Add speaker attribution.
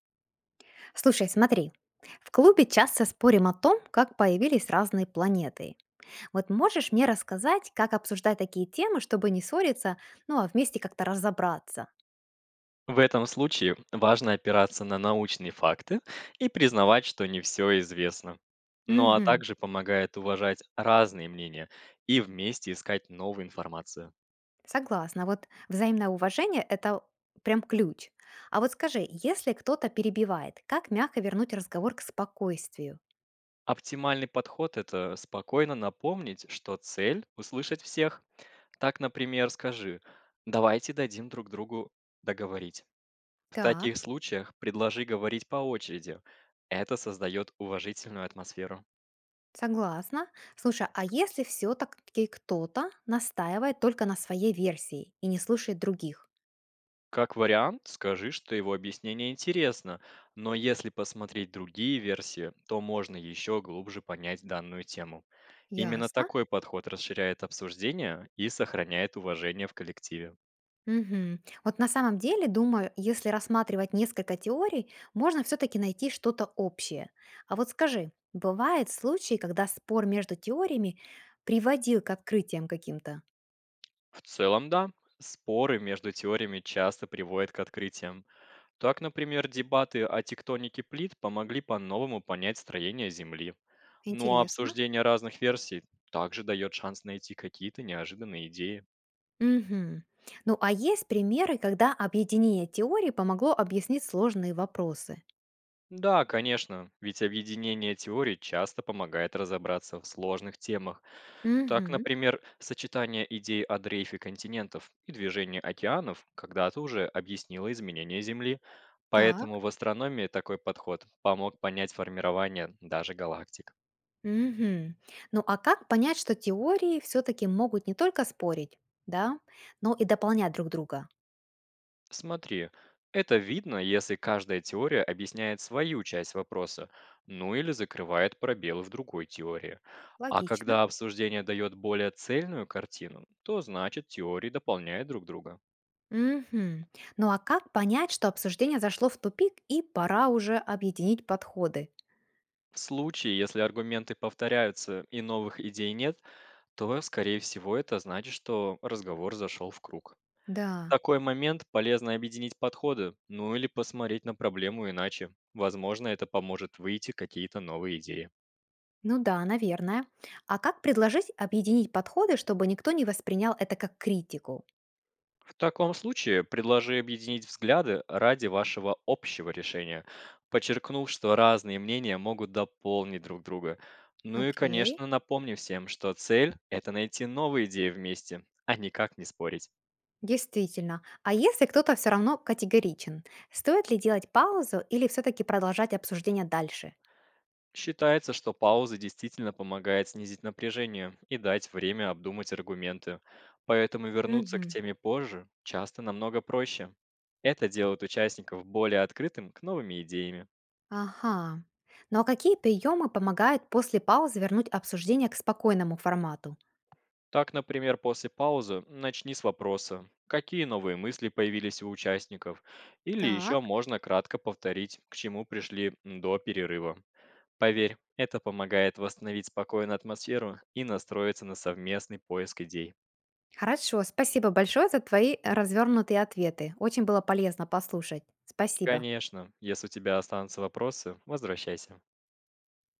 Speaker 1: Слушай, смотри. В клубе часто спорим о том, как появились разные планеты. Вот можешь мне рассказать, как обсуждать такие темы, чтобы не ссориться, ну а вместе как-то разобраться?
Speaker 2: В этом случае важно опираться на научные факты и признавать, что не все известно. Ну а
Speaker 1: Мгм.
Speaker 2: также помогает уважать разные мнения и вместе искать новую информацию.
Speaker 1: Согласна. Вот взаимное уважение– это прям ключ. А вот скажи, если кто-то перебивает, как мягко вернуть разговор к спокойствию?
Speaker 2: Оптимальный подход– это спокойно напомнить, что цель– услышать всех. Так, например, скажи «давайте дадим друг другу договорить». В
Speaker 1: Так,
Speaker 2: таких случаях предложи говорить по очереди. Это создает уважительную атмосферу.
Speaker 1: согласна. Слушай, а если все-таки кто-то настаивает только на своей версии и не слушает других?
Speaker 2: Как вариант, скажи, что его объяснение интересно, но если посмотреть другие версии, то можно еще глубже понять данную тему. Именно
Speaker 1: Ясно.
Speaker 2: такой подход расширяет обсуждение и сохраняет уважение в коллективе.
Speaker 1: Мгм. Вот на самом деле, думаю, если рассматривать несколько теорий, можно все-таки найти что-то общее. А вот скажи, бывают случаи, когда спор между теориями приводил к открытиям каким-то?
Speaker 2: В целом, да, споры между теориями часто приводят к открытиям. Так, например, дебаты о тектонике плит помогли по-новому понять строение Земли. Ну а
Speaker 1: Интересно.
Speaker 2: обсуждение разных версий также дает шанс найти какие-то неожиданные идеи.
Speaker 1: Мгм. Ну а есть примеры, когда объединение теорий помогло объяснить сложные вопросы?
Speaker 2: Да, конечно, ведь объединение теорий часто помогает разобраться в сложных темах. Так,
Speaker 1: Мгм.
Speaker 2: например, сочетание идей о дрейфе континентов и движении океанов когда-то уже объяснило изменение Земли, поэтому
Speaker 1: Так.
Speaker 2: в астрономии такой подход помог понять формирование даже галактик.
Speaker 1: Мгм. Ну а как понять, что теории все-таки могут не только спорить, да, но и дополнять друг друга?
Speaker 2: Смотри, это видно, если каждая теория объясняет свою часть вопроса, ну или закрывает пробелы в другой теории. А
Speaker 1: Логично.
Speaker 2: когда обсуждение дает более цельную картину, то значит теории дополняют друг друга.
Speaker 1: Мгм. Ну а как понять, что обсуждение зашло в тупик и пора уже объединить подходы?
Speaker 2: В случае, если аргументы повторяются и новых идей нет, то, скорее всего, это значит, что разговор зашел в круг. В
Speaker 1: Да,
Speaker 2: такой момент полезно объединить подходы, ну или посмотреть на проблему иначе. Возможно, это поможет выйти какие-то новые идеи.
Speaker 1: ну да, наверное. А как предложить объединить подходы, чтобы никто не воспринял это как критику?
Speaker 2: В таком случае предложи объединить взгляды ради вашего общего решения, подчеркнув, что разные мнения могут дополнить друг друга. Ну и,
Speaker 1: Окей.
Speaker 2: конечно, напомни всем, что цель– это найти новые идеи вместе, а никак не спорить.
Speaker 1: Действительно. А если кто-то все равно категоричен, стоит ли делать паузу или все-таки продолжать обсуждение дальше?
Speaker 2: Считается, что пауза действительно помогает снизить напряжение и дать время обдумать аргументы. Поэтому вернуться к
Speaker 1: Мгм.
Speaker 2: теме позже часто намного проще. Это делает участников более открытым к новыми идеями.
Speaker 1: Ага. Ну а какие приемы помогают после паузы вернуть обсуждение к спокойному формату?
Speaker 2: Так, например, после паузы начни с вопроса, какие новые мысли появились у участников, или еще
Speaker 1: Так.
Speaker 2: можно кратко повторить, к чему пришли до перерыва. Поверь, это помогает восстановить спокойную атмосферу и настроиться на совместный поиск идей.
Speaker 1: Хорошо, спасибо большое за твои развернутые ответы. Очень было полезно послушать. Спасибо.
Speaker 2: Конечно, если у тебя останутся вопросы, возвращайся.